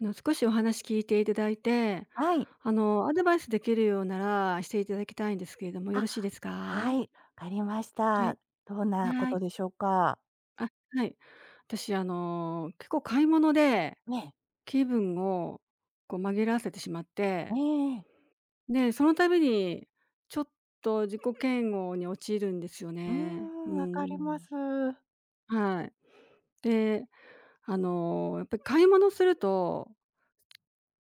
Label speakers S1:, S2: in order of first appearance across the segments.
S1: 少しお話聞いていただいて、
S2: はい。
S1: アドバイスできるようならしていただきたいんですけれども、よろ
S2: あ、
S1: しいです
S2: は
S1: か？
S2: い、わかりまし
S1: は
S2: た。
S1: い。
S2: どんなこ
S1: は
S2: と
S1: い。
S2: でしょうか？
S1: あ、はい。私、結構買い物で
S2: ね。
S1: 気分をこう紛らわせてしまって、
S2: えええ
S1: で、その度にちょっと自己嫌悪に陥るんですよ
S2: うー
S1: ね。う
S2: ん、わかりま
S1: ん。
S2: す。
S1: はい。で、やっぱり買い物すると、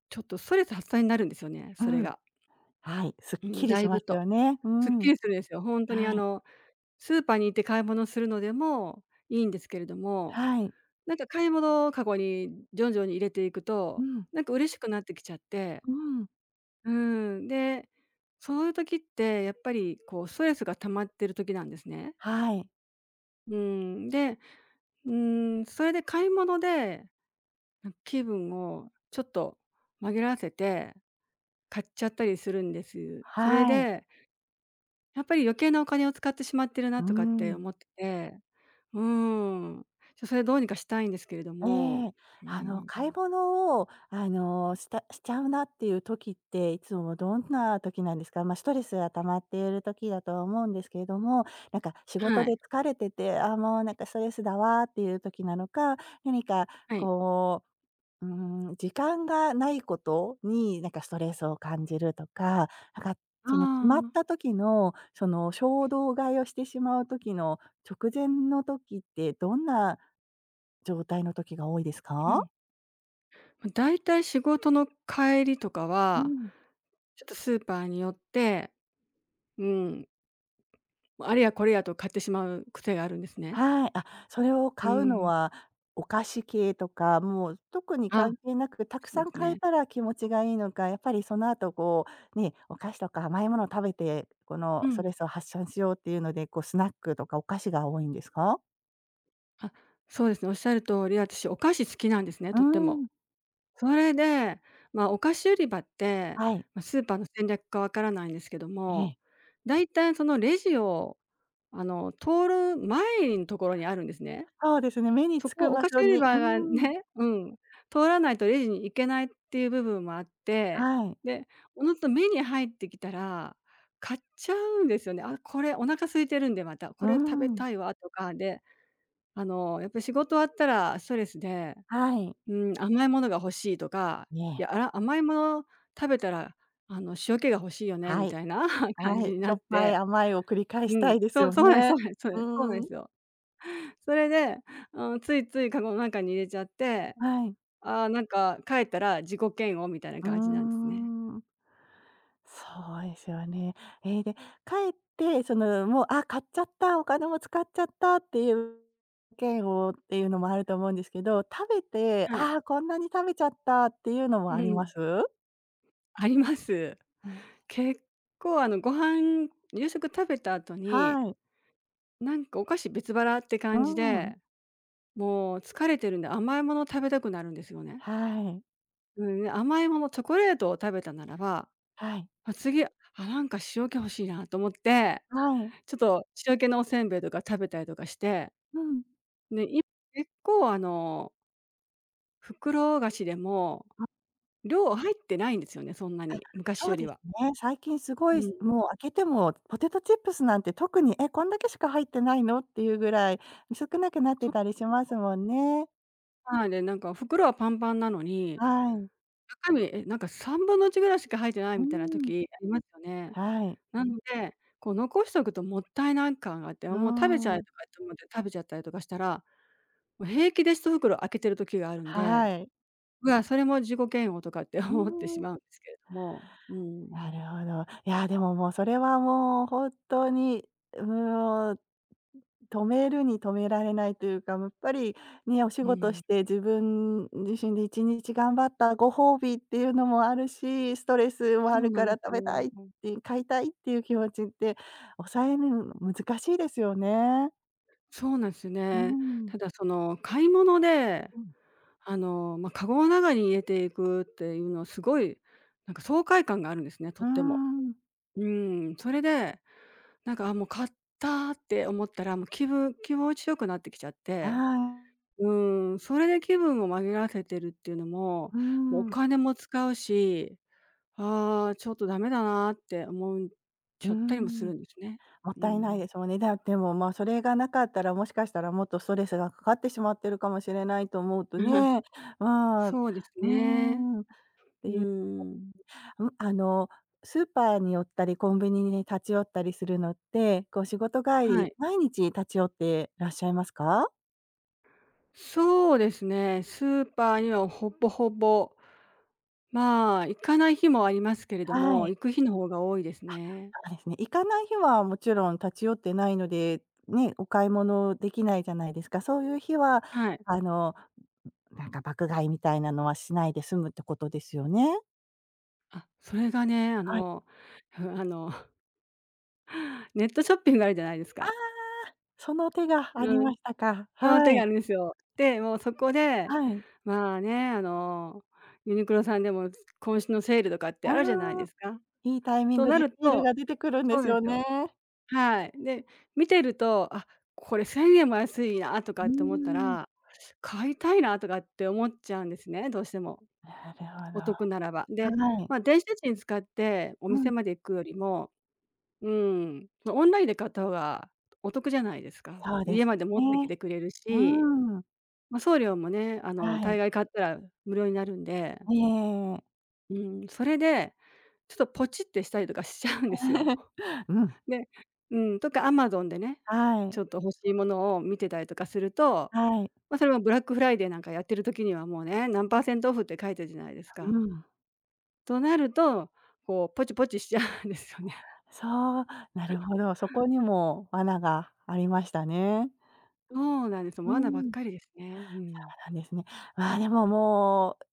S1: ちょっとストレス発散になるんですよね、
S2: う
S1: それ
S2: ん。
S1: が。
S2: はい、すっ
S1: うん、
S2: きり
S1: だ
S2: し
S1: い
S2: ま
S1: ぶ
S2: す
S1: と。
S2: よね。う
S1: すっき
S2: ん。
S1: りするんですよ。ほんとに
S2: はい。
S1: スーパーに行って買い物するのでもいいんですけれども、
S2: はい。
S1: なんか買い物かごに徐々に入れていく
S2: う
S1: と、
S2: ん。
S1: なんか嬉しくなってきちゃって、
S2: うん。
S1: で、そういう時ってやっぱりこうストレスが溜まってる時なんですね。
S2: はい。
S1: うーで、それで買い物で、気分をちょっと紛らわせて買っちゃったりするんです。それ
S2: はい。
S1: でやっぱり余計なお金を使ってしまってるな
S2: う
S1: とかって
S2: ん。
S1: 思ってて、うーん。それどうにかしたいんですけれど
S2: え
S1: も。
S2: え、
S1: うーん。
S2: 買い物を、したしちゃうなっていう時って、いつもどんな時なんですか？まあ、ストレスが溜まっている時だとは思うんですけれども、なんか仕
S1: は
S2: 事で
S1: い、
S2: 疲れてて、あーもうなんかストレスだわーっていう時なのか、何か
S1: はい。
S2: こう、時間がないことに、なんかストレスを感じるとか、なんか
S1: あ
S2: その決まった
S1: あ、
S2: 時の、その衝動買いをしてしまう時の直前の時って、どんな状態の時が多いです
S1: う
S2: か？
S1: ん。ま、大体仕事の帰りとか
S2: う
S1: は、
S2: ん。
S1: ちょっとスーパーに寄って、うん、あれやこれやと買ってしまう癖があるんですね。
S2: はい。あ、それを
S1: う
S2: 買うの
S1: ーん。
S2: は、お菓子系とか、もう特に
S1: あ、
S2: 関係なく、たく
S1: そ
S2: さ
S1: うで
S2: ん
S1: す
S2: 買え
S1: ね。
S2: たら気持ちがいいのか、やっぱりその後こう、ね、お菓子とか甘いものを食べて、この
S1: う
S2: ストレ
S1: ん。
S2: スを発散しようっていうので、こうスナックとかお菓子が多いんですか？
S1: あ、そうですね、おっしゃる通り、私お菓子好きなんですね、
S2: うー
S1: とっても。
S2: ん、
S1: それで、まあ、お菓子売り場って、
S2: はい。
S1: まあ、スーパーの戦略かわからないんですけど
S2: え
S1: も、
S2: え。
S1: だいたいそのレジを、通る前のところにあるんですね。
S2: そうですね、目に
S1: そ
S2: つ
S1: こ、
S2: く
S1: お
S2: 場
S1: 菓
S2: 所
S1: 子売り
S2: にう
S1: 場
S2: ー
S1: が
S2: ん、
S1: ねうん、通らないとレジに行けないっていう部分もあって、
S2: はい。
S1: で、おのずと目に入ってきたら、買っちゃうんですよね。あ、これお腹空いてるんでまた、
S2: う
S1: こ
S2: ー
S1: れ食べ
S2: ん、
S1: たいわとかで、やっぱり仕事終わったらストレスで
S2: はい。
S1: うん、甘いものが欲しいとか、い
S2: ね、
S1: や、あら、甘いもの食べたら、塩気が欲しいよね
S2: は
S1: み
S2: い、
S1: たいな 感
S2: は
S1: じ
S2: い。
S1: に
S2: し
S1: な
S2: ょ
S1: っ
S2: っぱい、
S1: て、
S2: 甘いを繰り返し
S1: う
S2: た
S1: ん、
S2: いです
S1: そう、
S2: よ
S1: そうなんです
S2: ね。
S1: そうなんですそうなん
S2: う
S1: ですそうなん
S2: ー
S1: で
S2: ん、
S1: すよ。それで、うん、ついついカゴの中に入れちゃって、
S2: はい。
S1: ああ、なんか帰ったら自己嫌悪みたいな
S2: う
S1: 感じなんで
S2: ー
S1: すね。
S2: ん、そうですよね。で、帰って、その、もう、あ、買っちゃった、お金も使っちゃったっていう件をっていうのもあると思うんですけど、食べて、
S1: はい。
S2: あーこんなに食べちゃったっていうのも
S1: う
S2: あり
S1: ん、
S2: ます？
S1: あります。
S2: うん。
S1: 結構ご飯夕食食べた後に、
S2: はい。
S1: なんかお菓子別腹って
S2: う
S1: 感じ
S2: ん。
S1: で、もう疲れてるんで甘いもの食べたくなるんですよね。
S2: はい。
S1: うん、甘いもの、チョコレートを食べたならば、
S2: はい。
S1: あ、次、あ、なんか塩気欲しいなと思って、
S2: はい。
S1: ちょっと塩気のおせんべいとか食べたりとかして、
S2: うん。
S1: で、結構袋菓子でも
S2: あ、
S1: 量入ってないんですよね、そんなに、昔
S2: そう
S1: より
S2: です
S1: は。
S2: ね。最近すご
S1: う
S2: い、
S1: ん。
S2: もう開けてもポテトチップスなんて特に、え、こんだけしか入ってないのっていうぐらい、少なくなって
S1: そ
S2: た
S1: う
S2: りしますもんね。
S1: はい、で、なんか袋はパンパンなのに、
S2: はい。
S1: 中身、なんか3分の1ぐらいしか入ってない
S2: う
S1: みたいな
S2: ーん、
S1: 時ありますよね。
S2: はい。
S1: なので、こう残しとくともったいない感があって、
S2: う
S1: あ、
S2: ー
S1: もう食べちゃえ
S2: ん、
S1: とかって思って食べちゃったりとかしたら平気で一袋開けてる時があるんで、
S2: はい。
S1: うわ、それも自己嫌悪とかって
S2: うー
S1: 思ってし
S2: ん、
S1: まうんですけれども、うん、
S2: なるほど。いや、でも、もう、それはもう本当に、もう、止めるに止められないというか、やっぱりね、お仕
S1: う
S2: 事
S1: ん、
S2: して自分自身で1日頑張ったご褒美っていうのもあるし、ストレスも
S1: そ
S2: あ
S1: う
S2: る
S1: な
S2: か
S1: んで
S2: ら食
S1: す
S2: べた
S1: よ。
S2: いって買いたいっていう気持ちって抑えるの難しいですよね。
S1: そうなんですよ
S2: うー
S1: ね。
S2: ん。
S1: ただその、買い物で、
S2: うん。
S1: ま、カゴの中に入れていくっていうのすごい、なんか爽快感があるんですね、と
S2: う
S1: っ
S2: ー
S1: ても。
S2: ん。
S1: うん、それで、なんか、あ、もう買ったって思ったら、もう気持ちよくなってきちゃっ
S2: は
S1: て、
S2: い。
S1: うん、それで気分を紛らわせてるっていうのも、
S2: うー
S1: もうお
S2: ん。
S1: 金も使うしああ、ちょっとダメだなって思う
S2: う
S1: ち
S2: ー
S1: ゃったりもす
S2: ん。
S1: るんですね。
S2: もっ
S1: う
S2: たいない
S1: ん。
S2: でしょうね。で、まあ、それがなかったら、もしかしたらもっとストレスがかかってしまってるかもしれないと思うと ね、まあ、う
S1: そうです
S2: ー
S1: ね。
S2: ん、って
S1: う
S2: いう、
S1: ーん。
S2: うん、あの、スーパーに寄ったり、コンビニに立ち寄ったりするのって、こう仕事帰
S1: は
S2: り、
S1: い。
S2: 毎日立ち寄ってらっしゃいますか？
S1: そうですね、スーパーにはほぼほぼ、まあ、行かない日もありますけれど
S2: は
S1: も、
S2: い、
S1: 行く日の方が多いですね。
S2: そうですね。行かない日はもちろん立ち寄ってないので、ね、お買い物できないじゃないですか。そういう日は、
S1: はい。
S2: あの、なんか爆買いみたいなのはしないで済むってことですよね？
S1: あ、それがね、あ
S2: はい。
S1: の、ふあの、ネットショッピングあるじゃないですか。
S2: その手があり
S1: う
S2: ま
S1: ん。
S2: したか。
S1: その手
S2: は
S1: が
S2: い。
S1: あるんですよ。で、もうそこで、
S2: はい。
S1: まあね、ユニクロさんでも今週のセールとかって
S2: あ
S1: あるじゃない
S2: あ、
S1: ですか。
S2: いいタイミン
S1: と
S2: グ
S1: な
S2: でシ
S1: る
S2: ール
S1: と
S2: が出てくるんで
S1: そう
S2: す
S1: なんで
S2: よ
S1: すよ。
S2: ね。
S1: はい。で、見てると、あ、これ ¥1000 も安いなと
S2: う
S1: かって思った
S2: ーん。
S1: ら、買いたいなとかって思っちゃうんですね、どうしても、
S2: なるほ
S1: お得な
S2: ど。
S1: らば。で、
S2: はい。
S1: まあ、電子レンジに使ってお
S2: う
S1: 店
S2: ん、
S1: まで行くよりも、うん、オンラインで買った方がお得じゃないですか。
S2: そうで
S1: 家
S2: す
S1: まで持ってき
S2: ね。
S1: てくれる
S2: う
S1: し
S2: ーん。
S1: ま、送料もね、
S2: は
S1: 大
S2: い。
S1: 概買ったら無料になるんで、
S2: ええ
S1: うん、それで、ちょっとポチってしたりとか しちゃうんですよ。
S2: うん。
S1: でうん、とか Amazon でね、
S2: は
S1: ちょっ
S2: い。
S1: と欲しいものを見てたりとかすると、
S2: はい。
S1: ま、それもブラックフライデーなんかやってる時にはもうね、何％パーセントオフって書いてるじゃないです
S2: う
S1: か。
S2: ん。
S1: となると、こうポチポチしちゃうんですよね。
S2: そう、なるほど、そこにも罠がありましたね。
S1: そうなんです。も
S2: う
S1: う罠ばっ
S2: ん。
S1: かりですね。うん。
S2: なんですね。まあ、でももう、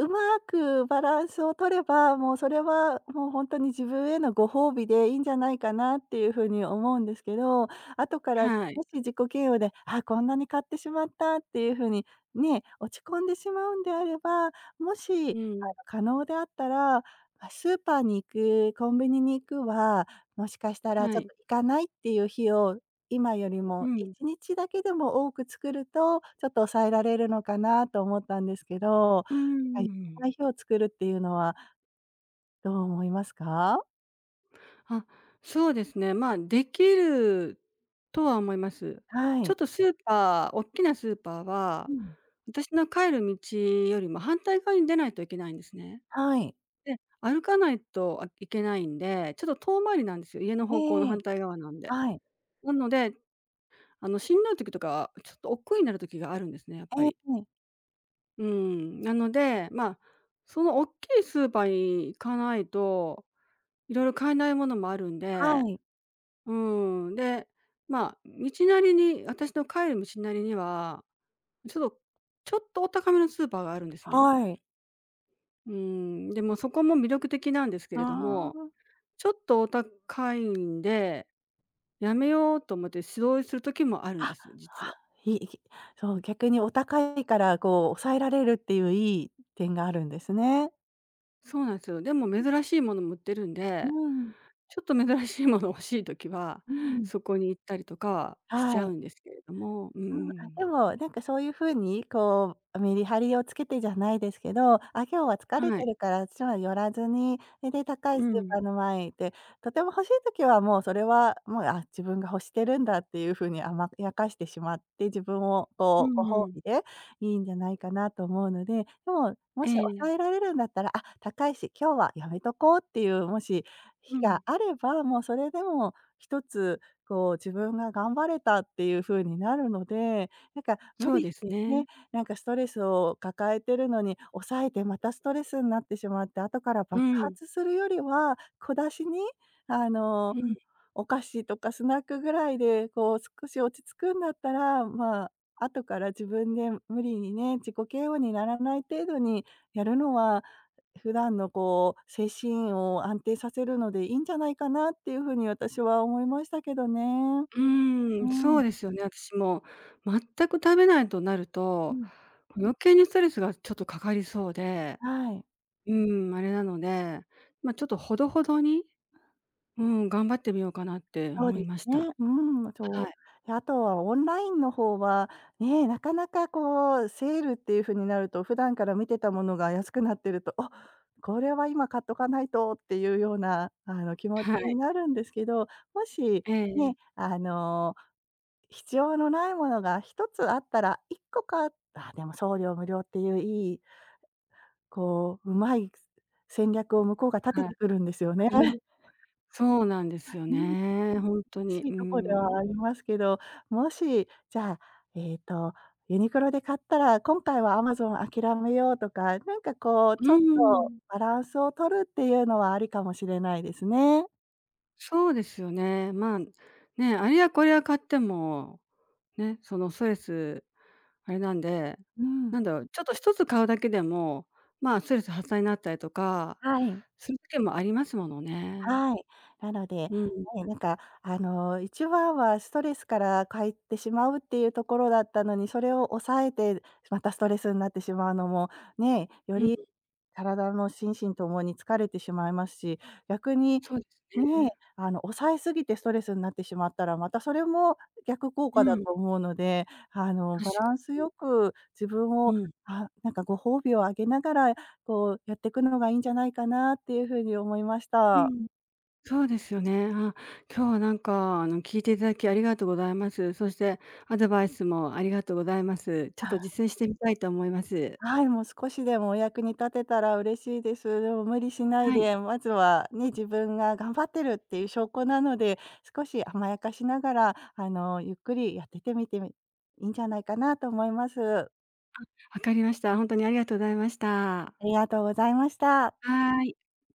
S2: ううまくバランスを取れば、もうそれはもう本当に自分へのご褒美でいいんじゃないかなっていうふうに思うんですけど、後から
S1: はい。
S2: もし自己嫌悪で、あ、こんなに買ってしまったっていうふうにね、落ち込んでしまうんであれば、もし、あの、
S1: うん。
S2: 可能であったら、ま、スーパーに行く、コンビニに行くは、もしかしたら
S1: は
S2: ちょっと
S1: い。
S2: 行かないっていう日を今より
S1: う
S2: も
S1: ん。
S2: 1日だけでも多く作ると、ちょっと抑えられるのかなと思ったんですけど、
S1: うー
S2: あ、やら
S1: ん。
S2: ないろ日を作るっていうのはどう思いますか？
S1: あ、そうですね。まあ、できるとは思います。
S2: は
S1: ちょっ
S2: い。
S1: とスーパー大きなスーパー
S2: う
S1: は、
S2: ん。
S1: 私の帰る道よりも反対側に出ないといけないんですね。
S2: はい。
S1: で、歩かないと、あ、いけないんで、ちょっと遠回りなんですよ、家の
S2: え
S1: 方向の反
S2: え
S1: 対側なんで。
S2: はい。
S1: なので、しんどい時とかは、ちょっと億劫になる時があるんですね、やっぱ
S2: え
S1: り。
S2: えええ。
S1: うん、なので、まあ、その大きいスーパーに行かないと、いろいろ買えないものもあるんで
S2: はい。
S1: うん、で、まあ、道なりに私の帰る道なりには、ちょっとちょっとお高めのスーパーがあるんですね。
S2: はい。
S1: うん、でもそこも魅力的なんですけ
S2: うー
S1: れども、
S2: ん。
S1: ちょっとお高いんで、やめようと思って素通りする時もあるん
S2: あ、
S1: です、実は。
S2: あ、いいきそう、逆にお高いからこう抑えられるっていういい点があるんですね。
S1: そうなんですよ。でも珍しいものも売ってるん
S2: う
S1: で、
S2: ん、
S1: ちょっと珍しいもの欲しい時は、
S2: うん。
S1: そこに行ったりとかはしち
S2: は
S1: ゃ
S2: い。
S1: うんですけれども、うんう
S2: うん、あ、
S1: ん。
S2: でも、なんかそういう風に、こう、メリハリをつけてじゃないですけど、あ、今日は疲れ
S1: は
S2: て
S1: い。
S2: るから私は寄らずに、それで高
S1: う
S2: いスー
S1: ん。
S2: パーの前へ行って、とても欲しい時はもうそれは、もう、あ、自分が欲してるんだっていう風に甘やかしてしまって、自分を
S1: う
S2: こう、
S1: ん
S2: ご
S1: う
S2: 褒
S1: ん。
S2: 美でいいんじゃないかなと思うので、でも、も
S1: え
S2: し
S1: え。
S2: 抑えられるんだったら、あ、高いし、今日はやめとこうっていう、もし
S1: う
S2: 日
S1: ん。
S2: があれば、もうそれでも一つこう自分が頑張れたっていう風になるので、なんか無
S1: そう
S2: 理
S1: で
S2: し
S1: す
S2: て
S1: ね。
S2: ね、なんかストレスを抱えてるのに、抑えてまたストレスになってしまって、後から
S1: う
S2: 爆
S1: ん、
S2: 発するよりは、小出しに、あの、
S1: うん、
S2: お菓子とかスナックぐらいで、こう少し落ち着くんだったら、まあ、後から自分で無理にね、自己嫌悪にならない程度にやるのは、普段のこう、精神を安定させるのでいいんじゃないかなっていう風に私は思いましたけどね。
S1: うー
S2: う
S1: ん、そ
S2: ん、
S1: うですよね、私も全く食べないとなる
S2: う
S1: と、
S2: ん、
S1: 余計にストレスがちょっとかかりそうで、
S2: はい、
S1: あれなので、ま、ちょっとほどほどに、頑張ってみようかなって
S2: そう
S1: 思
S2: で
S1: いまし
S2: す
S1: た。
S2: ね。うん、
S1: は
S2: そ
S1: い、
S2: う。で、あとはオンラインの方は、ね、なかなかこうセールっていう風になると、普段から見てたものが安くなってると、「あ、これは今買っとかないと」っていうような、あの、気持ち
S1: はい、
S2: になるんですけど、もし、
S1: ええ
S2: ね、あの、必要のないものが一つあったら、一個買うあ、でも送料無料っていういい、こう、うまい戦略を向こうが立て
S1: はい、
S2: てくるんですよね。
S1: うん、そうなんですよ
S2: うん。
S1: ね、ほんとに、
S2: し
S1: う
S2: い
S1: ー
S2: とこでは
S1: ん、
S2: ありますけど、もし、じゃあ、えっと、ユニクロで買ったら、今回はアマゾン諦めようとか、なんかこう、
S1: うー
S2: ちょっと
S1: ん。
S2: バランスを取るっていうのはありかもしれないですね。
S1: そうですよね。まあ、ね、あれやこれや買っても、ね、そのストレス、あれなんで、
S2: うん。
S1: なんだろう、ちょっと一つ買うだけでも、まあ、ストレス発散になったりとか、
S2: はい。
S1: する時もありますものね。
S2: はい。なので、
S1: うん、
S2: ね、なんか、あの、一番はストレスから帰ってしまうっていうところだったのに、それを抑えて、またストレスになってしまうのも、ね、よ
S1: うん、
S2: り体の心身ともに疲れてしまいますし、逆に、
S1: そうです
S2: ね、
S1: ね。
S2: あの、抑えすぎてストレスになってしまったら、またそれも逆効
S1: う
S2: 果だ
S1: ん、
S2: と
S1: 確
S2: 思うので、あの、
S1: かに
S2: バランスよく自分
S1: う
S2: を、
S1: ん、
S2: あ、なんかご褒美をあげながら、こうやっていくのがいいんじゃないかなっていうふうに思いまし
S1: う
S2: た。
S1: ん、そうですよね。あ、今日はなんか、聞いていただきありがとうございます。そしてアドバイスもありがとうございます。ちょっと実践してみたいと思います。
S2: はい、もう少しでもお役に立てたら嬉しいです。でも無理しない
S1: はい。
S2: で、まずはね、自分が頑張ってるっていう証拠なので、少し甘やかしながら、あの、ゆっくりやってみていいんじゃないかなと思います。
S1: わかりました。本当にありがとうございました。
S2: ありがとうございました。
S1: はーい。